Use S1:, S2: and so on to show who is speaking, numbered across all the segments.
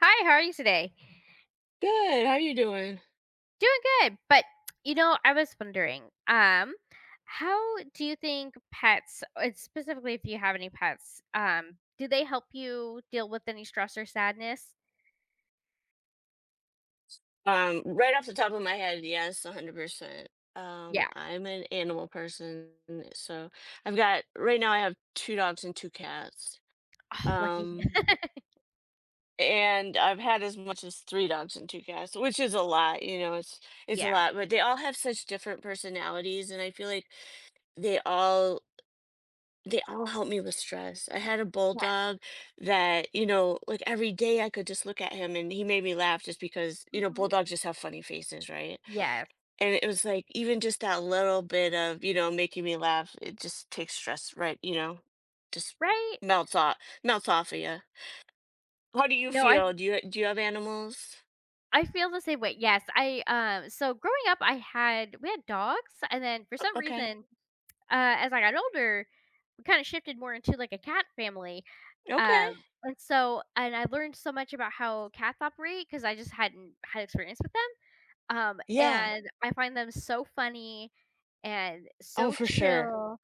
S1: Hi, how are you today?
S2: Good. How are you doing?
S1: Doing good. But, I was wondering, how do you think pets, specifically if you have any pets, do they help you deal with any stress or sadness?
S2: Right off the top of my head, yes, 100%.
S1: Yeah.
S2: I'm an animal person, so I've got right now I have two dogs and two cats.
S1: Oh, lucky.
S2: Um, and I've had as much as three dogs and two cats, which is a lot, it's a
S1: Yeah.
S2: lot, but they all have such different personalities and I feel like they all they all help me with stress. I had a
S1: Yes.
S2: bulldog that, you know, like every day I could just look at him and he made me laugh just because, you know,
S1: Mhm.
S2: bulldogs just have funny faces, right?
S1: Yes.
S2: And it was like even just that little bit of, making me laugh, it just takes stress right, just
S1: Right?
S2: melts off melts off of you. How do you
S1: No,
S2: feel? Do you have animals?
S1: I feel the same way. Yes. I so growing up I had we had dogs and then for some
S2: Okay.
S1: reason as I got older we kind of shifted more into like a cat family.
S2: Okay.
S1: Um, and so and I learned so much about how cats operate because I just hadn't had experience with them.
S2: Yeah.
S1: And I find them so funny and
S2: Oh,
S1: so
S2: for sure.
S1: chill.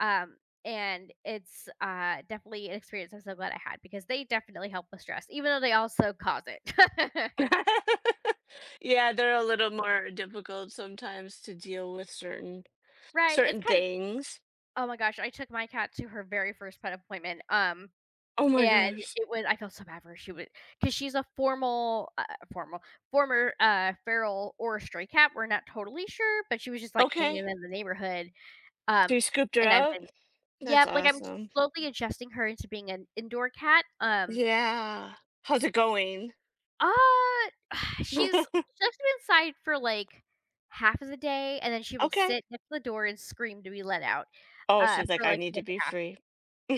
S1: Um, and it's, definitely an experience I'm so glad I had because they definitely help with stress, even though they also cause it.
S2: Yeah, they're a little more difficult sometimes to deal with
S1: Right, it's
S2: certain
S1: kind of.
S2: things.
S1: Oh my gosh, I took my cat to her very first pet appointment,
S2: Oh my
S1: and
S2: gosh.
S1: it was I felt so bad for her, she was because she's a formal formal former, feral or stray cat, we're not totally sure, but she was just, like,
S2: Okay.
S1: hanging in the neighborhood,
S2: So
S1: um,
S2: you scooped her
S1: and I've
S2: up?
S1: been.
S2: That's
S1: Yep, like, I'm
S2: awesome.
S1: slowly adjusting her into being an indoor cat,
S2: Yeah. How's it going?
S1: uh, she's been inside for, like, half of the day, and then she will
S2: Okay.
S1: sit next to the door and scream to be let out,
S2: Oh, she's like,
S1: for,
S2: I
S1: like,
S2: need to
S1: the.
S2: be free.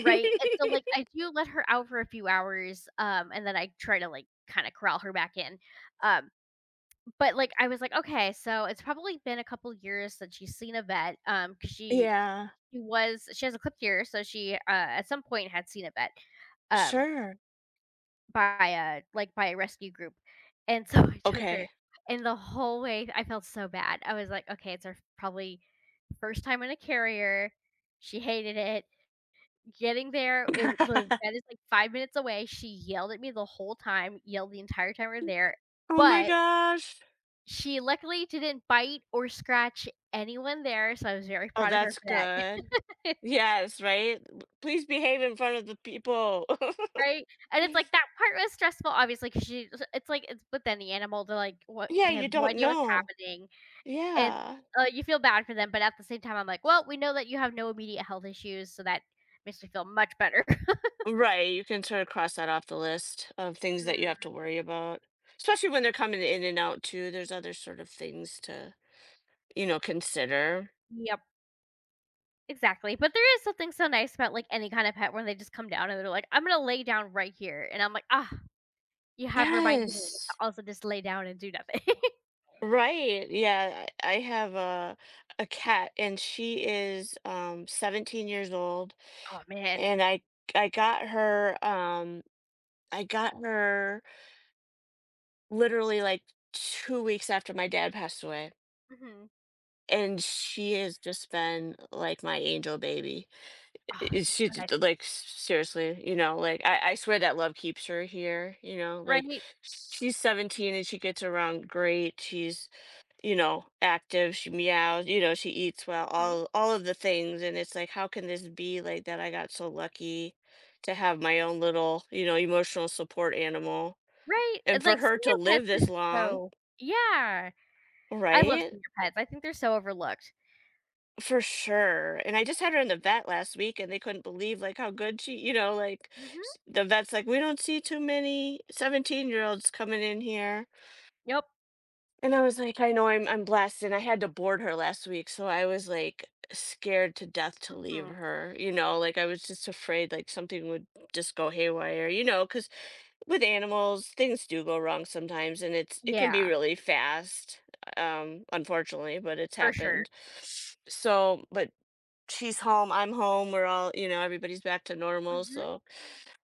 S1: Right? And so, like, I do let her out for a few hours, and then I try to, like, kinda corral her back in. Um, but, like, I was like, "Okay, so it's probably been a couple years since she's seen a vet," 'cause
S2: Yeah.
S1: she has a clipped ear, so she, at some point had seen a vet, um,
S2: Sure.
S1: by a like, by a rescue group. And so I took
S2: Okay.
S1: her, and the whole way I felt so bad. I was like, "Okay, it's her probably first time in a carrier. She hated it. Getting there, it w the vet is, like, 5 minutes away, she yelled at me the whole time, yelled the entire time we're there,
S2: Oh my
S1: but
S2: gosh.
S1: she luckily didn't bite or scratch anyone there, so I was very
S2: Oh,
S1: proud of her
S2: that's
S1: for
S2: good.
S1: that.
S2: Yes, right? W- Please behave in front of the people.
S1: Right? And it's, like, that part was stressful, obviously, 'cause it's, but then the animal, they're, like, what
S2: Yeah,
S1: they
S2: you
S1: have no
S2: don't
S1: idea what's
S2: know.
S1: happening, and,
S2: Yeah.
S1: you feel bad for them, but at the same time, I'm, like, "Well, we know that you have no immediate health issues, so that makes me feel much better."
S2: Right, you can sort of cross that off the list of things that you have to
S1: Mm.
S2: worry about. Especially when they're coming in and out too, there's other sort of things to, consider.
S1: Yep. Exactly, but there is something so nice about, like, any kind of pet when they just come down and they're like, "I'm gonna lay down right here," and I'm like, "Ah, you have reminded me to
S2: Yes.
S1: also just lay down and do nothing."
S2: Right. Yeah, I have a cat and she is 17 years old
S1: Oh, man.
S2: and I got her I got her literally like 2 weeks after my dad passed away,
S1: Mhm.
S2: and she has just been like my angel baby.
S1: Ah, so nice.
S2: Like, seriously, you know, like, I swear that love keeps her here, you know, like
S1: Right?
S2: she's 17 and she gets around great, she's you know, active, she meows, you know, she eats well,
S1: Mhm.
S2: all of the things, and it's like how can this be like that. I got so lucky to have my own little, you know, emotional support animal,
S1: Right, and,
S2: and for
S1: like,
S2: her to
S1: senior pets
S2: live
S1: are
S2: this long,
S1: so. Yeah. I love
S2: right?
S1: senior pets, I think they're so overlooked.
S2: For sure, and I just had her in the vet last week, and they couldn't believe, like, how good like,
S1: Mhm.
S2: s the vet's like, "We don't see too many 17-year-olds coming in here."
S1: Yep.
S2: And I was like, "I know, I'm blessed," and I had to board her last week, so I was, like, scared to death to leave
S1: Mhm.
S2: her, you know, like, I was just afraid, like, something would just go haywire, you know, because with animals, things do go wrong sometimes, and it can be
S1: Yeah,
S2: really fast, unfortunately, but it's
S1: for sure.
S2: happened. So, but she's home, I'm home, we're all, you know, everybody's back to normal.
S1: Mhm.
S2: So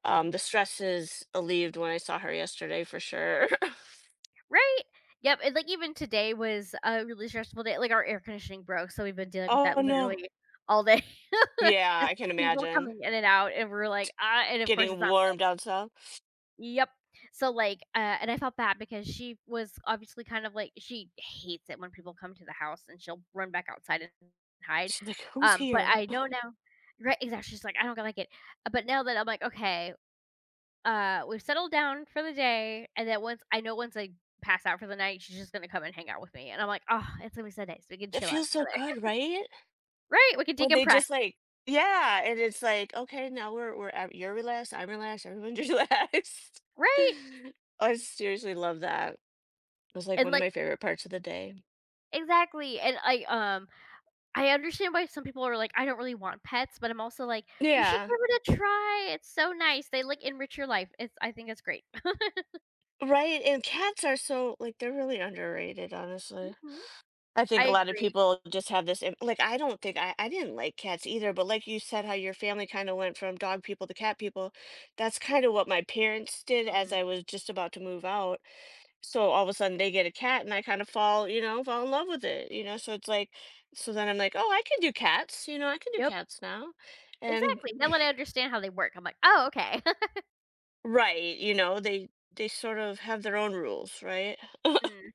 S2: the stress is alleviated when I saw her yesterday for sure.
S1: Right? Yep, and, like, even today was a really stressful day, like, our air conditioning broke, so we've been dealing with
S2: Oh
S1: that
S2: no.
S1: literally all day.
S2: Yeah,
S1: Just
S2: I can
S1: people
S2: imagine.
S1: coming in and out, and we're like, "Ah," and of course
S2: Getting
S1: it's not.
S2: warm down south.
S1: Yep. So, like, and I felt bad because she was obviously kind of like she hates it when people come to the house, and she'll run back outside and hide,
S2: She's like, Who's
S1: but
S2: here?
S1: I know now. Right, exactly, she's like, "I don't like it." But now that I'm like, "Okay, we've settled down for the day, and then once I pass out for the night, she's just gonna come and hang out with me, and I'm like, "Oh, it's gonna be so nice. We can
S2: It
S1: chill out
S2: feels so
S1: together."
S2: good, right?
S1: Right? We can
S2: When they
S1: decompress.
S2: just like yeah, and it's like, okay, now you're relaxed, I'm relaxed, everyone's relaxed.
S1: Right?
S2: I seriously love that. It was like
S1: And,
S2: one of
S1: like
S2: my favorite parts of the day.
S1: exactly, and I understand why some people are like, "I don't really want pets," but I'm also like, "You should
S2: Yeah.
S1: give it a try. It's so nice. They, like, enrich your life." It's I think it's great. Mhm.
S2: Right, and cats are so like, they're really underrated, honestly. I think
S1: I
S2: a lot of
S1: agree.
S2: people just have this im like, I don't think I didn't like cats either, but like you said, how your family kinda went from dog people to cat people, that's kinda what my parents did as
S1: Mm.
S2: I was just about to move out. So, all of a sudden, they get a cat, and I kind of fall you know, fall in love with it, you know? So, it's like so then I'm like, "Oh, I can do cats," you know? "I can do
S1: Yep.
S2: cats now." And
S1: Exactly. Now that I understand how they work, I'm like, "Oh, okay."
S2: right, you know, they sort of have their own rules, right?
S1: Mm.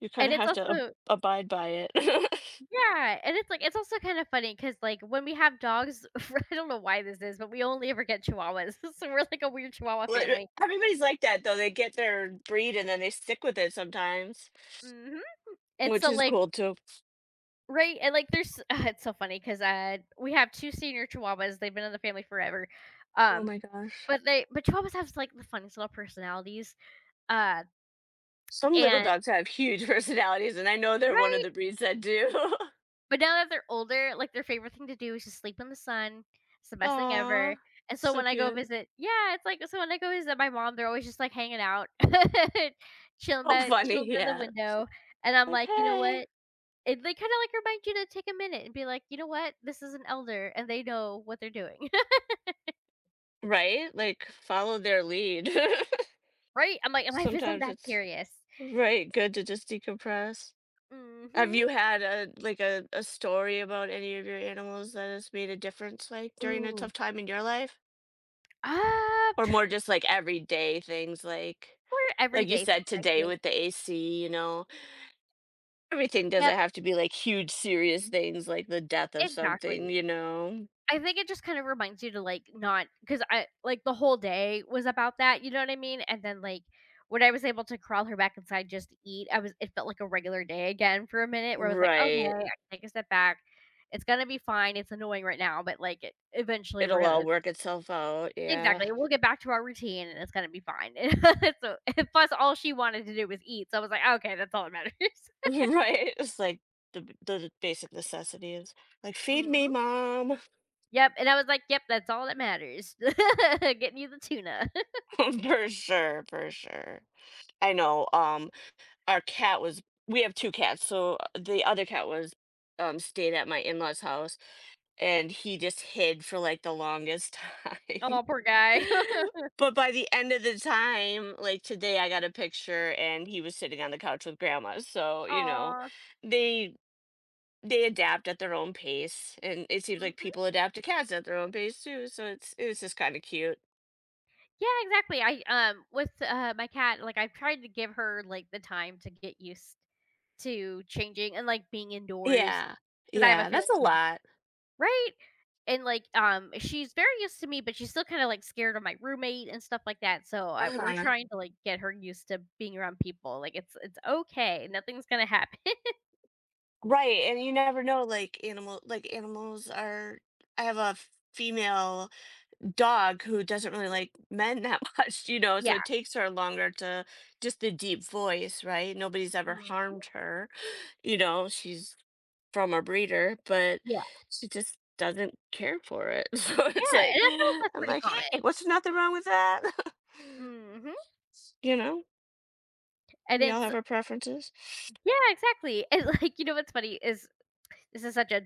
S2: You kind
S1: And
S2: of
S1: it's
S2: have to
S1: also.
S2: abide by it.
S1: Yeah, and it's like it's also kind of funny because like, when we have dogs I don't know why this is, but we only ever get Chihuahuas, so we're like a weird Chihuahua
S2: Like,
S1: family.
S2: everybody's like that though. They get their breed and then they stick with it sometimes,
S1: Mhm, and
S2: which
S1: so,
S2: is
S1: like
S2: cool too.
S1: right, and, like, there's it's so funny because we have 2 senior Chihuahuas, they've been in the family forever,
S2: Oh
S1: um,
S2: my gosh.
S1: but they but Chihuahuas have, like, the funniest little personalities, uh,
S2: Some little
S1: and
S2: dogs have huge personalities, and I know they're one of
S1: right?
S2: the breeds that do.
S1: But now that they're older, like, their favorite thing to do is just sleep in the sun. It's the best thing
S2: Aw,
S1: ever, and so
S2: so
S1: when I go
S2: cute.
S1: visit yeah, it's like so when I go visit my mom, they're always just, like, hanging out,
S2: Oh, funny.
S1: chilling by the
S2: Yeah.
S1: window, and I'm
S2: Like,
S1: like, "You know
S2: hey.
S1: what?" And they kinda, like, remind you to take a minute and be like, "You know what? This is an elder, and they know what they're doing."
S2: Right? Like, follow their lead.
S1: Right? I'm like, "Life isn't
S2: Sometimes
S1: that
S2: it's
S1: serious."
S2: right good to just decompress. Have
S1: Mhm.
S2: you had a like a story about any of your animals that has made a difference, like, during a
S1: Ooh.
S2: tough time in your life?
S1: I'm
S2: Or more
S1: trying
S2: just, like, everyday things
S1: we're
S2: like you
S1: everyday
S2: said
S1: things, I
S2: today
S1: think.
S2: with the AC, you know? Everything
S1: Yep,
S2: doesn't have to be, like, huge serious things like the death of something,
S1: exactly.
S2: you know?
S1: I think it just kind of reminds you to, like, not, cause I like, the whole day was about that, you know what I mean? And then, like, when I was able to crawl her back inside just to eat, I was it felt like a regular day again for a minute where I was like, "Okay,
S2: Right.
S1: I can take a step back. It's gonna be fine. It's annoying right now, but, like, it eventually we're
S2: It'll all
S1: gonna."
S2: work itself out, yeah.
S1: Exactly, "We'll get back to our routine, and it's gonna be fine." So plus, all she wanted to do was eat, so I was like, "Okay, that's all that matters."
S2: Right, it's like the basic necessities. Like, "Feed me,
S1: Mhm.
S2: mom."
S1: Yep, and I was like, "Yep, that's all that matters." Getting you the tuna.
S2: For sure, for sure. I know, our cat was we have two cats so the other cat was stayed at my in-laws house, and he just hid for like the longest time.
S1: Oh poor guy.
S2: But by the end of the time, like, today I got a picture and he was sitting on the couch with grandma, so you know
S1: Aw.
S2: they they adapt at their own pace, and it seems like
S1: Mhm.
S2: people adapt to cats at their own pace too, so it's it was just kind of cute.
S1: Yeah, exactly. I, with, my cat, like, I've tried to give her, like, the time to get used to changing and, like, being indoors,
S2: Yeah,
S1: because I have a
S2: yeah, that's
S1: feeling
S2: a
S1: she's
S2: lot.
S1: right? And, like, she's very used to me, but she's still kinda, like, scared of my roommate and stuff like that, so I we're
S2: Uh-huh.
S1: trying to, like, get her used to being around people, like, it's okay, nothing's gonna happen.
S2: Right, and you never know, like animals are I have a female dog who doesn't really like men that much, you know, so
S1: Yeah.
S2: it takes her longer to just the deep voice, right? Nobody's ever
S1: Mm.
S2: harmed her, you know, she's from a breeder, but
S1: Yeah.
S2: she just doesn't care for it. So it's
S1: Yeah,
S2: like
S1: and I feel like that's
S2: I'm
S1: pretty
S2: like,
S1: common.
S2: "Hey, what's nothing wrong with that?"
S1: Mhm.
S2: You know,
S1: And
S2: we all
S1: it's.
S2: have our preferences.
S1: Yeah, exactly. And like, you know what's funny is this is such a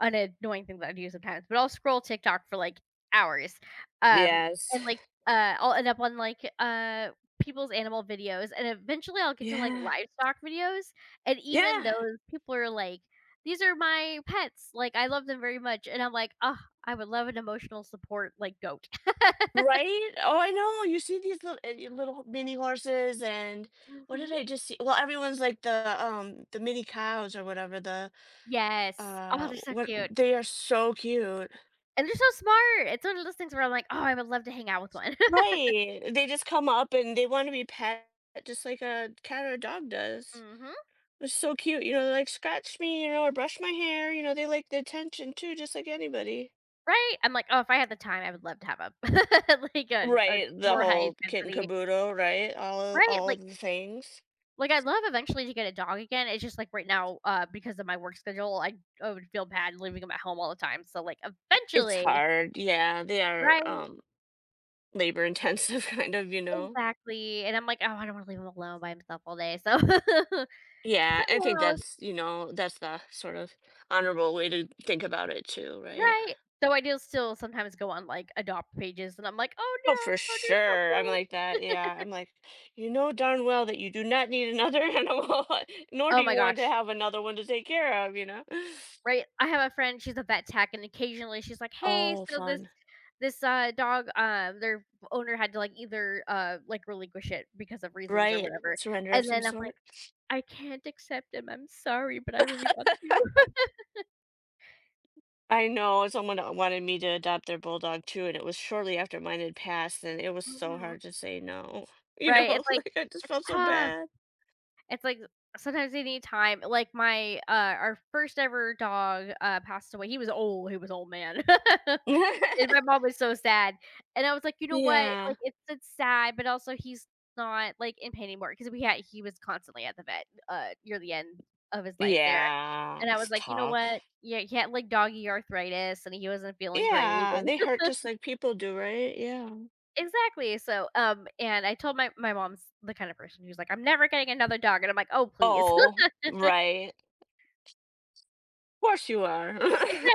S1: an annoying thing that I do sometimes, but I'll scroll TikTok for like hours. Um
S2: Yes.
S1: and like I'll end up on like people's animal videos and eventually I'll get to like
S2: Yeah.
S1: livestock videos and even
S2: Yeah.
S1: those people are like these are my pets. Like I love them very much and I'm like, "Oh, I would love an emotional support like goat."
S2: Right? Oh, I know, you see these little little mini horses and what did
S1: Mhm.
S2: I just see? Well, everyone's like the mini cows or whatever, the,
S1: Yes. Oh, they're so
S2: what
S1: cute.
S2: they are so cute.
S1: And they're so smart. It's one of those things where I'm like, "Oh, I would love to hang out with one."
S2: Right, they just come up and they want to be pet just like a cat or a dog does.
S1: Mhm.
S2: It's so cute, you know, they like, "Scratch me," you know, or "Brush my hair," you know, they like the attention too, just like anybody.
S1: Right? I'm like, "Oh, if I had the time, I would love to have a like, a
S2: Right, the
S1: more high
S2: whole kit and
S1: intensity."
S2: caboodle, right?
S1: Right?
S2: All of the things.
S1: Like, I'd love eventually to get a dog again, it's just, like, right now, because of my work schedule, I would feel bad leaving him at home all the time, so, like,
S2: It's
S1: eventually.
S2: hard, yeah, they are,
S1: Right,
S2: um, labor intensive kind of, you know?
S1: exactly, and I'm like, "Oh, I don't wanna leave him alone by himself all day," so I
S2: Yeah, I think
S1: know,
S2: that's, you know, that's the sort of honorable way to think about it too, right?
S1: right. So I do still sometimes go on, like, adopt pages, and I'm like, "Oh
S2: Oh, for
S1: no, they're so
S2: sure. I'm like
S1: cute."
S2: that. Yeah. I'm like, you know darn well that you do not need another animal, nor do
S1: Oh
S2: you
S1: my
S2: want to
S1: gosh.
S2: have another one to take care of, you know?
S1: Right? I have a friend, she's a vet tech, and occasionally she's like, "Hey,
S2: Oh,
S1: so
S2: fun.
S1: this, dog, their owner had to, like, either, like, relinquish it because of reasons or
S2: Right.
S1: whatever,"
S2: Surrender of
S1: and
S2: some
S1: then I'm like,
S2: sort.
S1: "I can't accept him, I'm sorry, but I really want you."
S2: I know someone wanted me to adopt their bulldog too, and it was shortly after mine had passed, and it was so
S1: Mhm.
S2: hard to say no. You
S1: Right,
S2: know,
S1: it's like
S2: like I just
S1: it's
S2: felt so
S1: tough.
S2: bad.
S1: It's like sometimes they need time. Like, my, our first ever dog, passed away. He was old man. And my mom was so sad, and I was like, "You know what?
S2: Yeah.
S1: Like, it's sad, but also he's not, like, in pain anymore because we had he was constantly at the vet, near the end of his life there,
S2: Yeah,
S1: and I was
S2: it's
S1: like, "You know what?
S2: tough.
S1: Yeah, he had, like, doggy arthritis, and he wasn't feeling great,"
S2: Yeah,
S1: and
S2: they hurt just like people do, right? Yeah.
S1: exactly, so, and I told my mom's the kind of person who's like, "I'm never getting another dog," and I'm like, "Oh, please."
S2: Oh, right. Of course you are.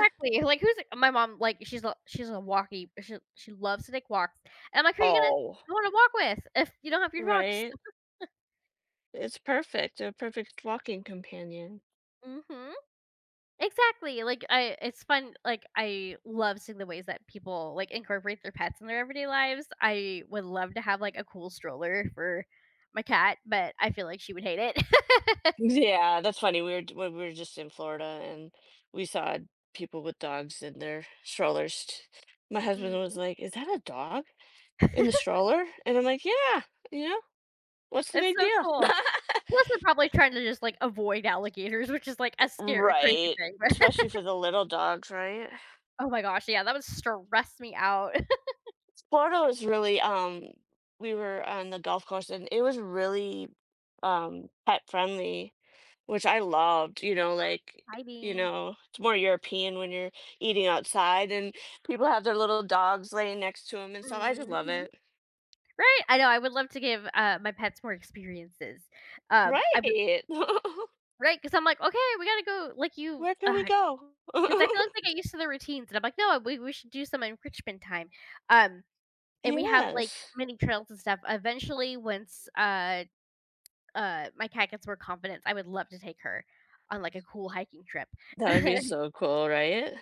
S1: like, who's my mom, like, she's a walkie she loves to take walks, and I'm like, "Who are you gonna
S2: Oh.
S1: go on a walk with if you don't have your dogs?"
S2: Right? It's perfect, a perfect walking companion.
S1: Mhm. Exactly, like, I it's fun like, I love seeing the ways that people, like, incorporate their pets in their everyday lives. I would love to have, like, a cool stroller for my cat, but I feel like she would hate it.
S2: Yeah, that's funny. We when we were just in Florida and we saw people with dogs in their strollers. My husband
S1: Mm.
S2: was like, "Is that a dog in the stroller?" And I'm like, "Yeah, you know, what's the
S1: It's
S2: big
S1: so
S2: deal?"
S1: cool. Plus, they're probably trying to just, like, avoid alligators, which is, like, a scary crazy
S2: Right,
S1: thing.
S2: especially for the little dogs, right?
S1: Oh my gosh, yeah, that would stress me out.
S2: Florida was really, we were on the golf course, and it was really, pet friendly, which I loved, you know, like, you
S1: Hiding.
S2: know, it's more European when you're eating outside and people have their little dogs laying next to them and stuff, I just love
S1: Mhm.
S2: it.
S1: Right? I know, I would love to give, my pets more experiences. I
S2: Right.
S1: Right, because 'cause I'm like, "Okay, we gotta go," like, you
S2: Where can we
S1: because
S2: go?
S1: I feel like they get used to the routines, and I'm like, "No, we should do some enrichment time." Um, and we have, like,
S2: Yes.
S1: mini trails and stuff. Eventually, once my cat gets more confidence, I would love to take her on, like, a cool hiking trip.
S2: That would be so cool, right?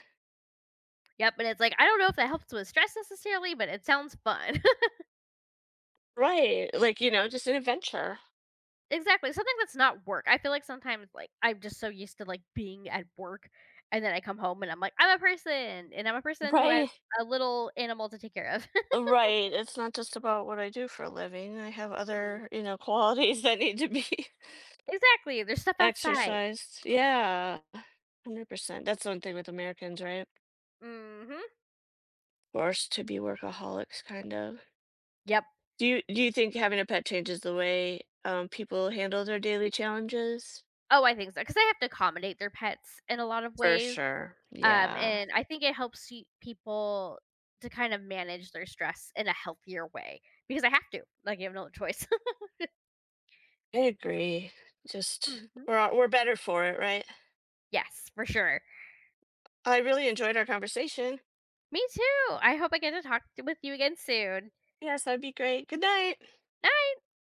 S1: Yep, and it's like, I don't know if that helps with stress necessarily, but it sounds fun.
S2: Right, like, you know, just an adventure.
S1: Exactly, something that's not work. I feel like sometimes, like, I'm just so used to, like, being at work, and then I come home and I'm like, "I'm a person, and I'm a person who has
S2: Right.
S1: a little animal to take care of."
S2: Right. It's not just about what I do for a living. I have
S1: Mm.
S2: other, you know, qualities that need to be
S1: Exactly, there's stuff outside.
S2: exercised. Yeah. 100%. That's one thing with Americans, right?
S1: Mhm.
S2: Forced to be workaholics kind of.
S1: Yep.
S2: Do you think having a pet changes the way people handle their daily challenges?
S1: Oh, I think so because I have to accommodate their pets in a lot of
S2: For
S1: ways,
S2: sure. Yeah.
S1: and I think it helps y people to kind of manage their stress in a healthier way, because I have to, like, I have no choice.
S2: I agree. Just
S1: Mhm.
S2: We're we're better for it, right?
S1: Yes, for sure.
S2: I really enjoyed our conversation.
S1: Me too, I hope I get to talk t with you again soon.
S2: Yes, that'd be great. Good night.
S1: I